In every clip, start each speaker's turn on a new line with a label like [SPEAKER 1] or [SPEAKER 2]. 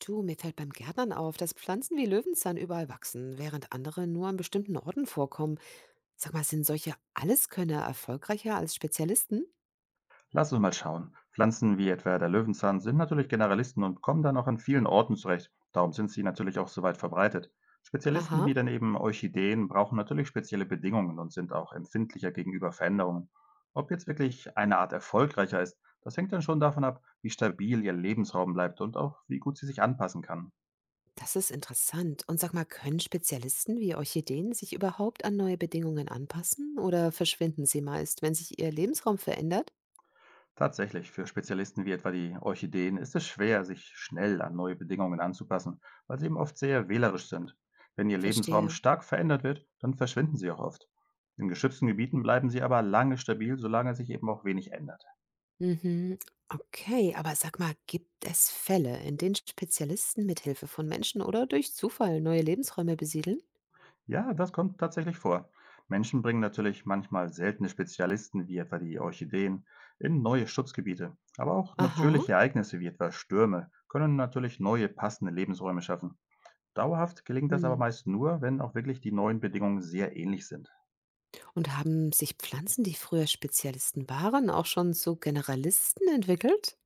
[SPEAKER 1] Du, mir fällt beim Gärtnern auf, dass Pflanzen wie Löwenzahn überall wachsen, während andere nur an bestimmten Orten vorkommen. Sag mal, sind solche Alleskönner erfolgreicher als Spezialisten?
[SPEAKER 2] Lass uns mal schauen. Pflanzen wie etwa der Löwenzahn sind natürlich Generalisten und kommen dann auch an vielen Orten zurecht. Darum sind sie natürlich auch so weit verbreitet. Spezialisten
[SPEAKER 1] Haha,
[SPEAKER 2] wie dann eben Orchideen brauchen natürlich spezielle Bedingungen und sind auch empfindlicher gegenüber Veränderungen. Ob jetzt wirklich eine Art erfolgreicher ist, das hängt dann schon davon ab, wie stabil ihr Lebensraum bleibt und auch wie gut sie sich anpassen kann.
[SPEAKER 1] das ist interessant. Und sag mal, können Spezialisten wie Orchideen sich überhaupt an neue Bedingungen anpassen oder verschwinden sie meist, wenn sich ihr Lebensraum verändert?
[SPEAKER 2] Tatsächlich, für Spezialisten wie etwa die Orchideen ist es schwer, sich schnell an neue Bedingungen anzupassen, weil sie eben oft sehr wählerisch sind. Wenn ihr Lebensraum
[SPEAKER 1] Verstehe.
[SPEAKER 2] stark verändert wird, dann verschwinden sie auch oft. In geschützten Gebieten bleiben sie aber lange stabil, solange sich eben auch wenig ändert.
[SPEAKER 1] Mhm. Okay, aber sag mal, gibt es Fälle, in denen Spezialisten mit Hilfe von Menschen oder durch Zufall neue Lebensräume besiedeln?
[SPEAKER 2] Ja, das kommt tatsächlich vor. Menschen bringen natürlich manchmal seltene Spezialisten wie etwa die Orchideen in neue Schutzgebiete. Aber auch
[SPEAKER 1] Aha.
[SPEAKER 2] natürliche Ereignisse wie etwa Stürme können natürlich neue passende Lebensräume schaffen. Dauerhaft gelingt das aber
[SPEAKER 1] Hm.
[SPEAKER 2] meist nur, wenn auch wirklich die neuen Bedingungen sehr ähnlich sind.
[SPEAKER 1] Und haben sich Pflanzen, die früher Spezialisten waren, auch schon zu Generalisten entwickelt?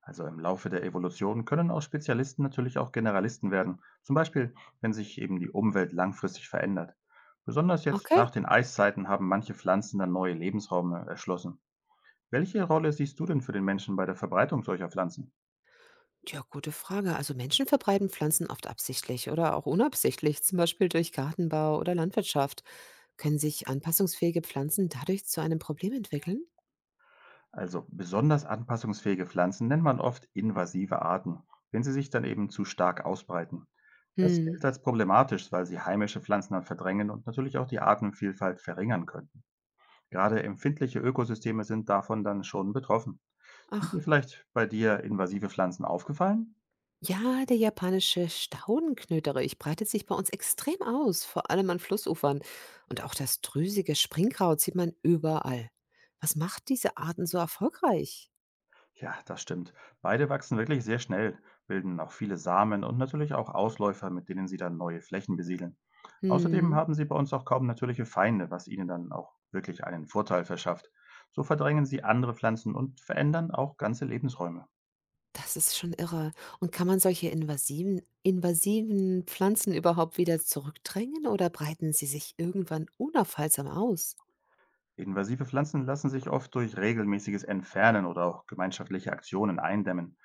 [SPEAKER 2] Also im Laufe der Evolution können aus Spezialisten natürlich auch Generalisten werden, zum Beispiel wenn sich eben die Umwelt langfristig verändert. Besonders jetzt
[SPEAKER 1] Okay.
[SPEAKER 2] nach den Eiszeiten haben manche Pflanzen dann neue Lebensräume erschlossen. Welche Rolle siehst du denn für den Menschen bei der Verbreitung solcher Pflanzen?
[SPEAKER 1] Ja, gute Frage. Also Menschen verbreiten Pflanzen oft absichtlich oder auch unabsichtlich, zum Beispiel durch Gartenbau oder Landwirtschaft. Können sich anpassungsfähige Pflanzen dadurch zu einem Problem entwickeln?
[SPEAKER 2] Also besonders anpassungsfähige Pflanzen nennt man oft invasive Arten, wenn sie sich dann eben zu stark ausbreiten. Das
[SPEAKER 1] Hm.
[SPEAKER 2] gilt als problematisch, weil sie heimische Pflanzen dann verdrängen und natürlich auch die Artenvielfalt verringern könnten. Gerade empfindliche Ökosysteme sind davon dann schon betroffen. Sind dir
[SPEAKER 1] Ach,
[SPEAKER 2] vielleicht bei dir invasive Pflanzen aufgefallen?
[SPEAKER 1] ja, der japanische Staudenknöterich breitet sich bei uns extrem aus, vor allem an Flussufern. Und auch das drüsige Springkraut sieht man überall. Was macht diese Arten so erfolgreich?
[SPEAKER 2] Ja, das stimmt. Beide wachsen wirklich sehr schnell, bilden auch viele Samen und natürlich auch Ausläufer, mit denen sie dann neue Flächen besiedeln. Außerdem
[SPEAKER 1] Mhm.
[SPEAKER 2] haben sie bei uns auch kaum natürliche Feinde, was ihnen dann auch wirklich einen Vorteil verschafft. So verdrängen sie andere Pflanzen und verändern auch ganze Lebensräume.
[SPEAKER 1] Das ist schon irre. Und kann man solche invasiven Pflanzen überhaupt wieder zurückdrängen oder breiten sie sich irgendwann unaufhaltsam aus?
[SPEAKER 2] Invasive Pflanzen lassen sich oft durch regelmäßiges Entfernen oder auch gemeinschaftliche Aktionen eindämmen.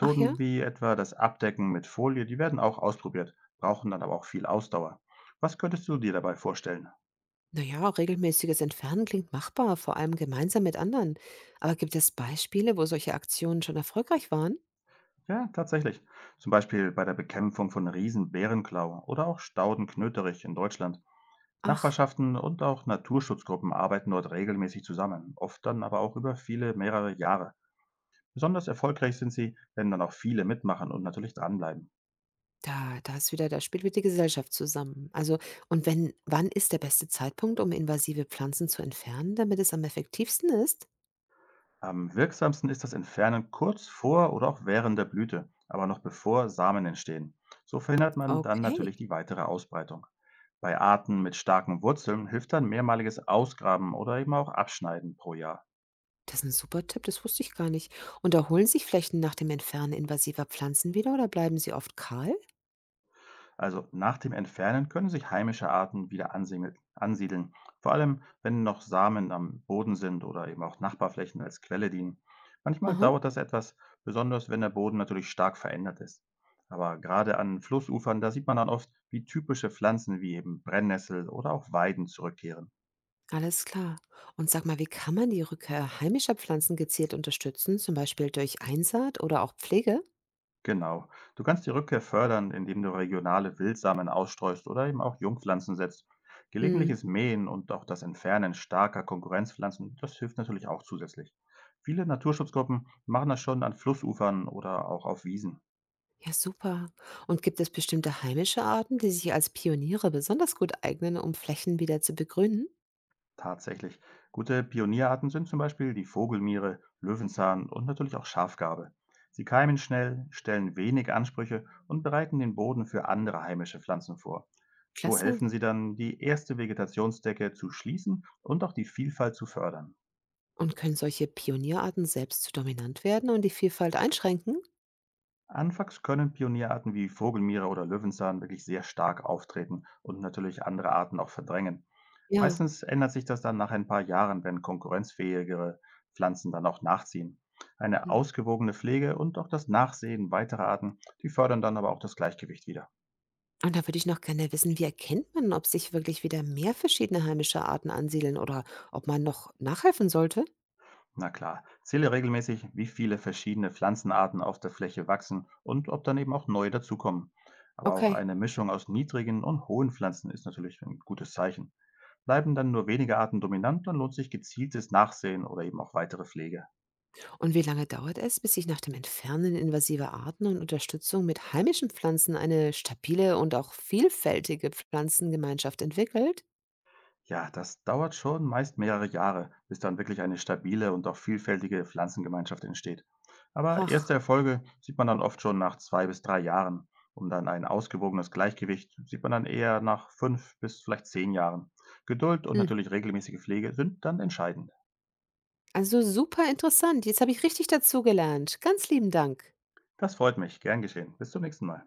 [SPEAKER 1] Ach ja?
[SPEAKER 2] wie etwa das Abdecken mit Folie, die werden auch ausprobiert, brauchen dann aber auch viel Ausdauer. Was könntest du dir dabei vorstellen?
[SPEAKER 1] Na ja, regelmäßiges Entfernen klingt machbar, vor allem gemeinsam mit anderen. Aber gibt es Beispiele, wo solche Aktionen schon erfolgreich waren?
[SPEAKER 2] Ja, tatsächlich. Zum Beispiel bei der Bekämpfung von Riesenbärenklau oder auch Staudenknöterich in Deutschland.
[SPEAKER 1] Ach,
[SPEAKER 2] Nachbarschaften und auch Naturschutzgruppen arbeiten dort regelmäßig zusammen, oft dann aber auch über viele, mehrere Jahre. Besonders erfolgreich sind sie, wenn dann auch viele mitmachen und natürlich dranbleiben.
[SPEAKER 1] da ist wieder, da spielt wieder die Gesellschaft zusammen. Also, und wenn, wann ist der beste Zeitpunkt, um invasive Pflanzen zu entfernen, damit es am effektivsten ist?
[SPEAKER 2] Am wirksamsten ist das Entfernen kurz vor oder auch während der Blüte, aber noch bevor Samen entstehen. So verhindert man dann
[SPEAKER 1] Okay.
[SPEAKER 2] natürlich die weitere Ausbreitung. Bei Arten mit starken Wurzeln hilft dann mehrmaliges Ausgraben oder eben auch Abschneiden pro Jahr.
[SPEAKER 1] Das ist ein super Tipp, das wusste ich gar nicht. Und erholen sich Flächen nach dem Entfernen invasiver Pflanzen wieder oder bleiben sie oft kahl?
[SPEAKER 2] Also nach dem Entfernen können sich heimische Arten wieder ansiedeln, vor allem wenn noch Samen am Boden sind oder eben auch Nachbarflächen als Quelle dienen. Manchmal
[SPEAKER 1] Aha,
[SPEAKER 2] dauert das etwas, besonders wenn der Boden natürlich stark verändert ist. Aber gerade an Flussufern, da sieht man dann oft, wie typische Pflanzen wie eben Brennnessel oder auch Weiden zurückkehren.
[SPEAKER 1] alles klar. Und sag mal, wie kann man die Rückkehr heimischer Pflanzen gezielt unterstützen, zum Beispiel durch Einsaat oder auch Pflege?
[SPEAKER 2] Genau. Du kannst die Rückkehr fördern, indem du regionale Wildsamen ausstreust oder eben auch Jungpflanzen setzt.
[SPEAKER 1] Mhm.
[SPEAKER 2] Gelegentliches Mähen und auch das Entfernen starker Konkurrenzpflanzen, das hilft natürlich auch zusätzlich. Viele Naturschutzgruppen machen das schon an Flussufern oder auch auf Wiesen.
[SPEAKER 1] Ja, super. Und gibt es bestimmte heimische Arten, die sich als Pioniere besonders gut eignen, um Flächen wieder zu begrünen?
[SPEAKER 2] Tatsächlich. Gute Pionierarten sind zum Beispiel die Vogelmiere, Löwenzahn und natürlich auch Schafgarbe. Sie keimen schnell, stellen wenig Ansprüche und bereiten den Boden für andere heimische Pflanzen vor. So
[SPEAKER 1] Klasse.
[SPEAKER 2] helfen sie dann, die erste Vegetationsdecke zu schließen und auch die Vielfalt zu fördern.
[SPEAKER 1] Und können solche Pionierarten selbst zu dominant werden und die Vielfalt einschränken?
[SPEAKER 2] Anfangs können Pionierarten wie Vogelmiere oder Löwenzahn wirklich sehr stark auftreten und natürlich andere Arten auch verdrängen.
[SPEAKER 1] Ja.
[SPEAKER 2] Meistens ändert sich das dann nach ein paar Jahren, wenn konkurrenzfähigere Pflanzen dann auch nachziehen. Eine
[SPEAKER 1] Mhm.
[SPEAKER 2] ausgewogene Pflege und auch das Nachsehen weiterer Arten, die fördern dann aber auch das Gleichgewicht wieder.
[SPEAKER 1] Und da würde ich noch gerne wissen, wie erkennt man, ob sich wirklich wieder mehr verschiedene heimische Arten ansiedeln oder ob man noch nachhelfen sollte?
[SPEAKER 2] Na klar, zähle regelmäßig, wie viele verschiedene Pflanzenarten auf der Fläche wachsen und ob dann eben auch neue dazukommen. Aber auch
[SPEAKER 1] Okay.
[SPEAKER 2] eine Mischung aus niedrigen und hohen Pflanzen ist natürlich ein gutes Zeichen. Bleiben dann nur wenige Arten dominant, dann lohnt sich gezieltes Nachsehen oder eben auch weitere Pflege.
[SPEAKER 1] Und wie lange dauert es, bis sich nach dem Entfernen invasiver Arten und Unterstützung mit heimischen Pflanzen eine stabile und auch vielfältige Pflanzengemeinschaft entwickelt?
[SPEAKER 2] Ja, das dauert schon meist mehrere Jahre, bis dann wirklich eine stabile und auch vielfältige Pflanzengemeinschaft entsteht. Aber erste
[SPEAKER 1] Ach,
[SPEAKER 2] Erfolge sieht man dann oft schon nach 2 bis 3 Jahren. Um dann ein ausgewogenes Gleichgewicht sieht man dann eher nach 5 bis vielleicht 10 Jahren. Geduld und
[SPEAKER 1] hm.
[SPEAKER 2] natürlich regelmäßige Pflege sind dann entscheidend.
[SPEAKER 1] Also super interessant. Jetzt habe ich richtig dazugelernt. Ganz lieben Dank.
[SPEAKER 2] Das freut mich. Gern geschehen. Bis zum nächsten Mal.